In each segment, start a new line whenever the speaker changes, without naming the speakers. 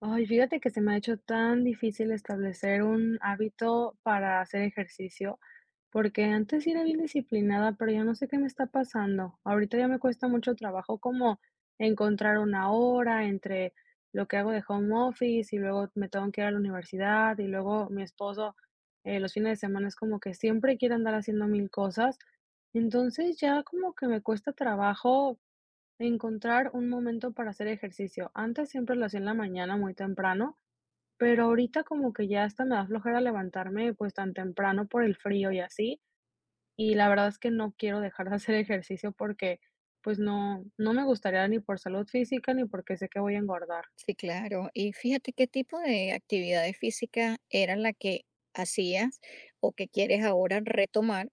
Ay, fíjate que se me ha hecho tan difícil establecer un hábito para hacer ejercicio, porque antes sí era bien disciplinada, pero ya no sé qué me está pasando. Ahorita ya me cuesta mucho trabajo como encontrar una hora entre lo que hago de home office y luego me tengo que ir a la universidad y luego mi esposo los fines de semana es como que siempre quiere andar haciendo mil cosas. Entonces ya como que me cuesta trabajo encontrar un momento para hacer ejercicio. Antes siempre lo hacía en la mañana muy temprano, pero ahorita como que ya hasta me da flojera levantarme pues tan temprano por el frío y así. Y la verdad es que no quiero dejar de hacer ejercicio porque pues no, no me gustaría ni por salud física ni porque sé que voy a engordar.
Sí, claro. Y fíjate qué tipo de actividades físicas era la que hacías o que quieres ahora retomar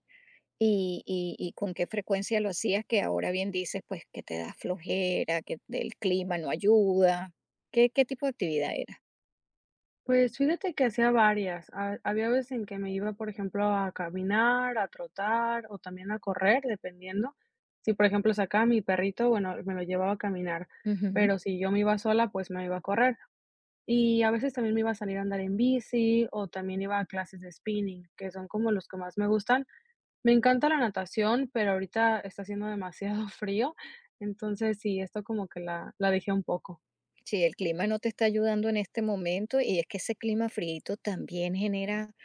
y con qué frecuencia lo hacías, que ahora bien dices, pues que te da flojera, que el clima no ayuda. ¿Qué tipo de actividad era?
Pues fíjate que hacía varias. Ha había veces en que me iba, por ejemplo, a caminar, a trotar o también a correr, dependiendo. Si, por ejemplo, sacaba a mi perrito, bueno, me lo llevaba a caminar,
Ujú.
pero si yo me iba sola, pues me iba a correr. Y a veces también me iba a salir a andar en bici o también iba a clases de spinning, que son como los que más me gustan. Me encanta la natación, pero ahorita está haciendo demasiado frío, entonces sí, esto como que la dejé un poco.
Sí, el clima no te está ayudando en este momento y es que ese clima frío también genera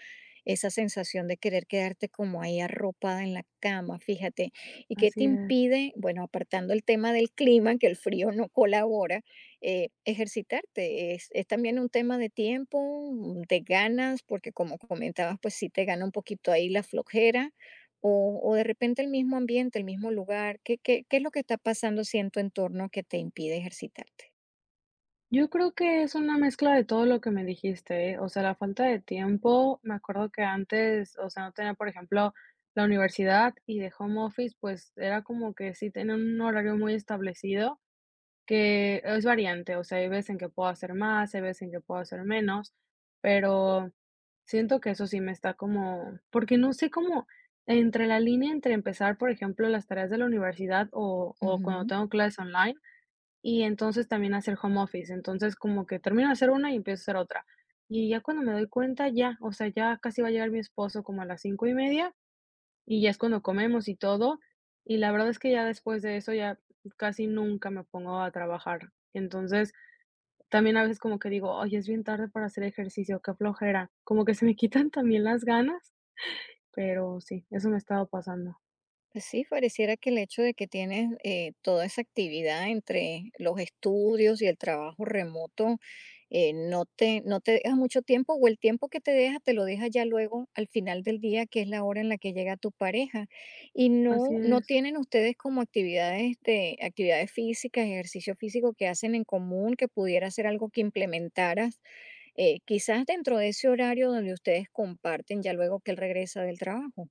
esa sensación de querer quedarte como ahí arropada en la cama, fíjate. ¿Y qué
Así
te
es.
impide? Bueno, apartando el tema del clima, que el frío no colabora, ejercitarte. Es también un tema de tiempo, de ganas, porque como comentabas, pues sí te gana un poquito ahí la flojera, o de repente el mismo ambiente, el mismo lugar. ¿Qué es lo que está pasando si en tu entorno que te impide ejercitarte?
Yo creo que es una mezcla de todo lo que me dijiste, ¿eh? O sea, la falta de tiempo, me acuerdo que antes, o sea, no tenía, por ejemplo, la universidad y de home office, pues era como que sí tenía un horario muy establecido, que es variante, o sea, hay veces en que puedo hacer más, hay veces en que puedo hacer menos, pero siento que eso sí me está como, porque no sé cómo, entre la línea entre empezar, por ejemplo, las tareas de la universidad o cuando
Ujú.
tengo clases online y entonces también hacer home office. Entonces, como que termino de hacer una y empiezo a hacer otra. Y ya cuando me doy cuenta, ya, o sea, ya casi va a llegar mi esposo como a las 5:30 y ya es cuando comemos y todo. Y la verdad es que ya después de eso ya casi nunca me pongo a trabajar. Entonces, también a veces como que digo: "Ay, es bien tarde para hacer ejercicio, qué flojera". Como que se me quitan también las ganas, pero sí, eso me ha estado pasando.
Pues sí, pareciera que el hecho de que tienes toda esa actividad entre los estudios y el trabajo remoto no te deja mucho tiempo o el tiempo que te deja te lo deja ya luego al final del día, que es la hora en la que llega tu pareja. Y
Así
no
es.
tienen ustedes como actividades físicas, ejercicio físico que hacen en común, que pudiera ser algo que implementaras, quizás dentro de ese horario donde ustedes comparten ya luego que él regresa del trabajo.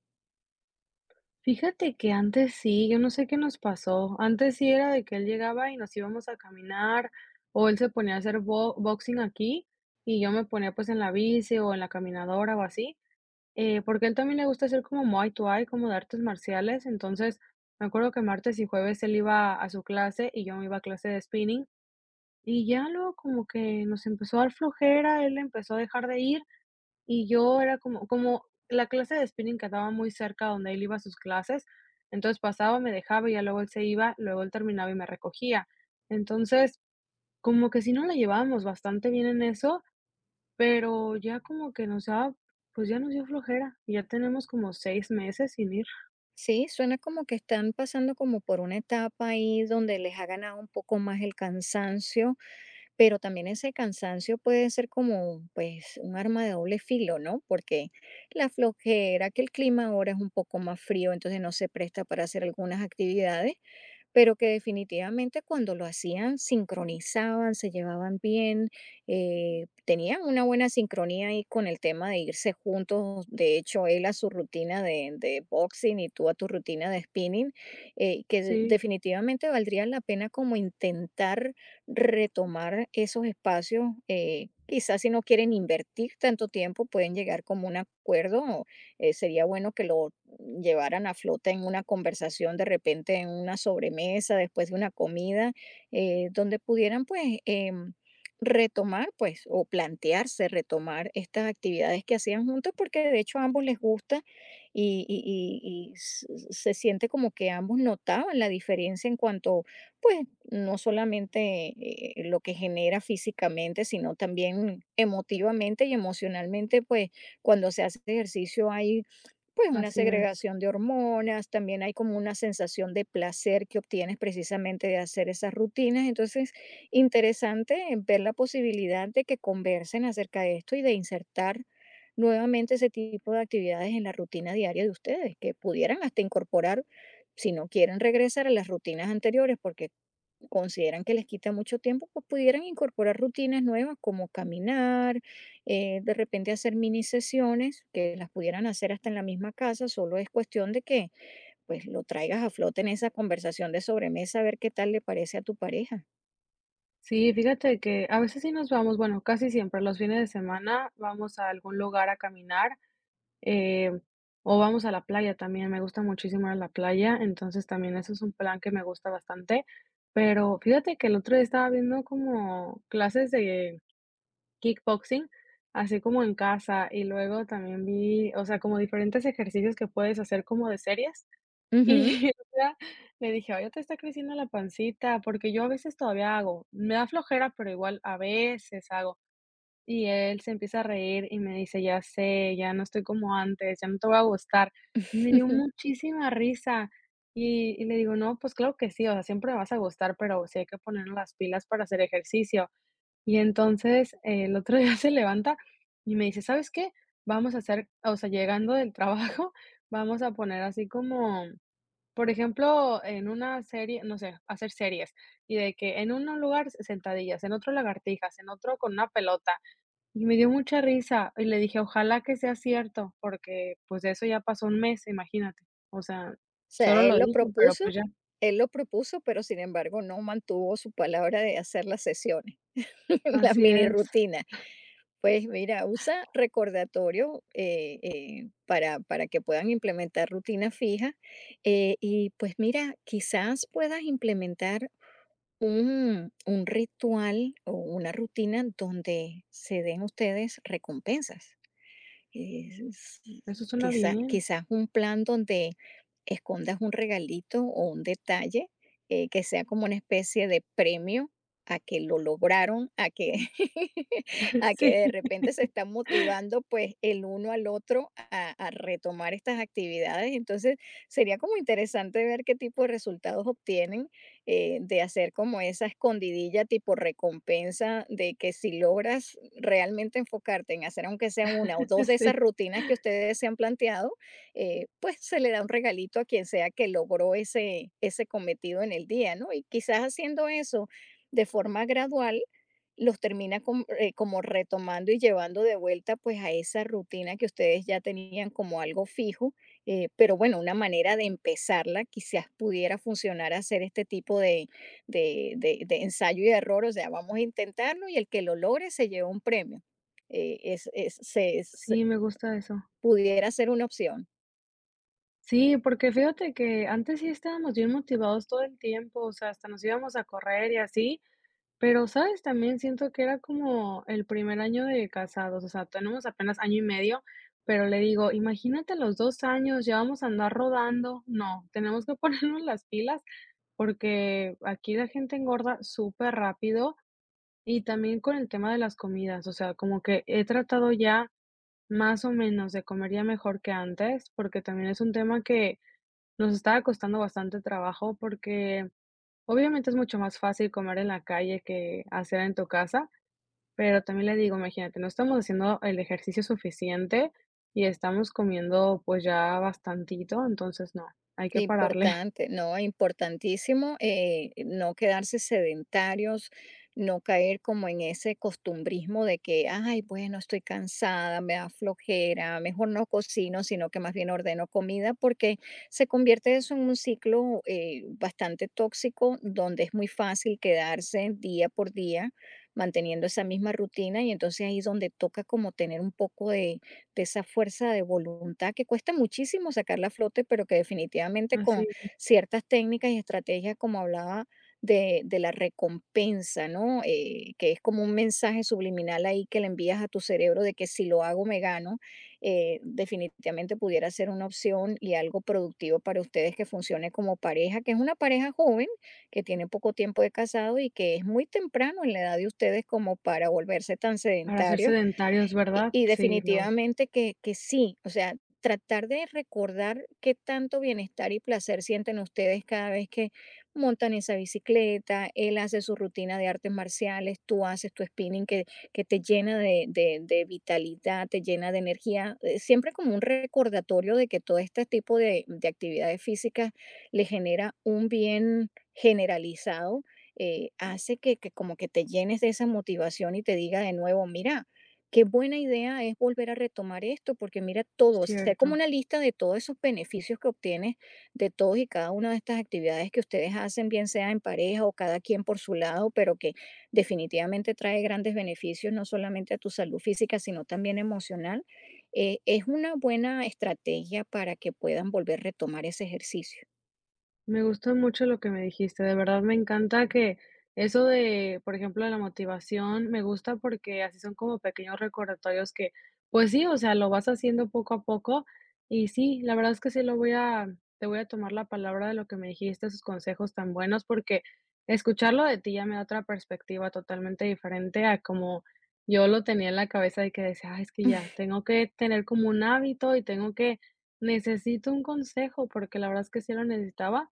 Fíjate que antes sí, yo no sé qué nos pasó. Antes sí era de que él llegaba y nos íbamos a caminar, o él se ponía a hacer boxing aquí y yo me ponía pues en la bici o en la caminadora o así, porque a él también le gusta hacer como Muay Thai, como de artes marciales. Entonces me acuerdo que martes y jueves él iba a su clase y yo me iba a clase de spinning y ya luego como que nos empezó a dar flojera, él empezó a dejar de ir. Y yo era como como la clase de spinning quedaba muy cerca donde él iba a sus clases, entonces pasaba, me dejaba y ya luego él se iba, luego él terminaba y me recogía. Entonces, como que sí nos la llevábamos bastante bien en eso, pero ya como que nos daba, pues ya nos dio flojera, ya tenemos como 6 meses sin ir.
Sí, suena como que están pasando como por una etapa ahí donde les ha ganado un poco más el cansancio, pero también ese cansancio puede ser como pues un arma de doble filo, ¿no? Porque la flojera, que el clima ahora es un poco más frío, entonces no se presta para hacer algunas actividades pero que definitivamente cuando lo hacían sincronizaban, se llevaban bien, tenían una buena sincronía ahí con el tema de irse juntos, de hecho él a su rutina de boxing y tú a tu rutina de spinning,
Sí,
definitivamente valdría la pena como intentar retomar esos espacios. Quizás si no quieren invertir tanto tiempo, pueden llegar como un acuerdo. Sería bueno que lo llevaran a flote en una conversación, de repente en una sobremesa, después de una comida, donde pudieran pues retomar pues o plantearse retomar estas actividades que hacían juntos porque de hecho a ambos les gusta y se siente como que ambos notaban la diferencia en cuanto pues no solamente lo que genera físicamente sino también emotivamente y emocionalmente pues cuando se hace ejercicio hay pues una
así es.
segregación de hormonas, también hay como una sensación de placer que obtienes precisamente de hacer esas rutinas. Entonces, interesante ver la posibilidad de que conversen acerca de esto y de insertar nuevamente ese tipo de actividades en la rutina diaria de ustedes, que pudieran hasta incorporar, si no quieren regresar a las rutinas anteriores, porque consideran que les quita mucho tiempo, pues pudieran incorporar rutinas nuevas como caminar, de repente hacer mini sesiones que las pudieran hacer hasta en la misma casa, solo es cuestión de que pues lo traigas a flote en esa conversación de sobremesa a ver qué tal le parece a tu pareja.
Sí, fíjate que a veces sí nos vamos, bueno, casi siempre los fines de semana vamos a algún lugar a caminar. Eh, o vamos a la playa también, me gusta muchísimo ir a la playa, entonces también eso es un plan que me gusta bastante. Pero fíjate que el otro día estaba viendo como clases de kickboxing, así como en casa, y luego también vi, o sea, como diferentes ejercicios que puedes hacer como de series.
Ujú.
Y o sea, le dije, oye, te está creciendo la pancita, porque yo a veces todavía hago, me da flojera, pero igual a veces hago. Y él se empieza a reír y me dice: "Ya sé, ya no estoy como antes, ya no te voy a gustar". Y me dio muchísima risa, y le digo: "No, pues claro que sí, o sea, siempre me vas a gustar, pero sí hay que ponernos las pilas para hacer ejercicio". Y entonces, el otro día se levanta y me dice: "¿Sabes qué? Vamos a hacer, o sea, llegando del trabajo, vamos a poner así como, por ejemplo, en una serie, no sé, hacer series, y de que en un lugar sentadillas, en otro lagartijas, en otro con una pelota". Y me dio mucha risa, y le dije: "Ojalá que sea cierto", porque, pues, de eso ya pasó un mes, imagínate. O sea,
O sea,
solo lo dije, pero, pues, ya.
él lo propuso, pero sin embargo no mantuvo su palabra de hacer las sesiones, las
Así
mini
es.
rutinas. Pues mira, usa recordatorio para que puedan implementar rutinas fijas. Y pues mira, quizás puedas implementar un ritual o una rutina donde se den ustedes recompensas. Es-
Eso suena bien.
Quizás un plan donde escondas un regalito o un detalle que sea como una especie de premio a que lo lograron, a que
Sí,
de repente se están motivando pues el uno al otro a retomar estas actividades. Entonces sería como interesante ver qué tipo de resultados obtienen de hacer como esa escondidilla tipo recompensa de que si logras realmente enfocarte en hacer aunque sea una o dos de esas
sí.
rutinas que ustedes se han planteado, pues se le da un regalito a quien sea que logró ese, ese cometido en el día, ¿no? Y quizás haciendo eso de forma gradual los termina como retomando y llevando de vuelta pues a esa rutina que ustedes ya tenían como algo fijo pero bueno, una manera de empezarla quizás pudiera funcionar hacer este tipo de, de ensayo y error, o sea, vamos a intentarlo y el que lo logre se lleva un premio. Eh, es, es- se, se-
Sí, me gusta eso.
Pudiera ser una opción.
Sí, porque fíjate que antes sí estábamos bien motivados todo el tiempo, o sea, hasta nos íbamos a correr y así. Pero, ¿sabes? También siento que era como el primer año de casados, o sea, tenemos apenas año y medio, pero le digo: "Imagínate los 2 años, ya vamos a andar rodando". No, tenemos que ponernos las pilas, porque aquí la gente engorda súper rápido y también con el tema de las comidas, o sea, como que he tratado ya más o menos de comer ya mejor que antes, porque también es un tema que nos estaba costando bastante trabajo, porque obviamente es mucho más fácil comer en la calle que hacer en tu casa, pero también le digo, imagínate, no estamos haciendo el ejercicio suficiente y estamos comiendo pues ya bastantito, entonces no, hay que pararle.
Importante, no, importantísimo, no quedarse sedentarios, no caer como en ese costumbrismo de que, ay, bueno, estoy cansada, me da flojera, mejor no cocino, sino que más bien ordeno comida, porque se convierte eso en un ciclo bastante tóxico, donde es muy fácil quedarse día por día manteniendo esa misma rutina y entonces ahí es donde toca como tener un poco de esa fuerza de voluntad que cuesta muchísimo sacarla a flote, pero que definitivamente
Así,
con ciertas técnicas y estrategias, como hablaba de la recompensa, ¿no? Que es como un mensaje subliminal ahí que le envías a tu cerebro de que si lo hago me gano, definitivamente pudiera ser una opción y algo productivo para ustedes que funcione como pareja, que es una pareja joven, que tiene poco tiempo de casado y que es muy temprano en la edad de ustedes como para volverse tan
para ser
sedentario
sedentarios,
y
¿verdad? Sí, no,
definitivamente que sí, o sea, tratar de recordar qué tanto bienestar y placer sienten ustedes cada vez que montan esa bicicleta, él hace su rutina de artes marciales, tú haces tu spinning que te llena de vitalidad, te llena de energía, siempre como un recordatorio de que todo este tipo de actividades físicas le genera un bien generalizado, hace que como que te llenes de esa motivación y te diga de nuevo: "Mira, qué buena idea es volver a retomar esto, porque mira todo, hacer como
cierto.
una lista de todos esos beneficios que obtienes de todos y cada una de estas actividades que ustedes hacen, bien sea en pareja o cada quien por su lado, pero que definitivamente trae grandes beneficios, no solamente a tu salud física, sino también emocional. Es una buena estrategia para que puedan volver a retomar ese ejercicio.
Me gustó mucho lo que me dijiste, de verdad me encanta que eso de, por ejemplo, de la motivación, me gusta porque así son como pequeños recordatorios que, pues sí, o sea, lo vas haciendo poco a poco y sí, la verdad es que sí lo voy a, te voy a tomar la palabra de lo que me dijiste, esos consejos tan buenos, porque escucharlo de ti ya me da otra perspectiva totalmente diferente a como yo lo tenía en la cabeza de que decía: "Ay, es que ya, tengo que tener como un hábito y tengo que, necesito un consejo", porque la verdad es que sí lo necesitaba.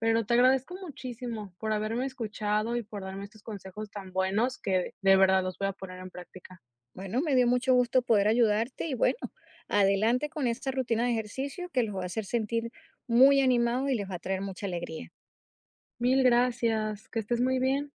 Pero te agradezco muchísimo por haberme escuchado y por darme estos consejos tan buenos que de verdad los voy a poner en práctica.
Bueno, me dio mucho gusto poder ayudarte y bueno, adelante con esta rutina de ejercicio que los va a hacer sentir muy animados y les va a traer mucha alegría.
Mil gracias, que estés muy bien.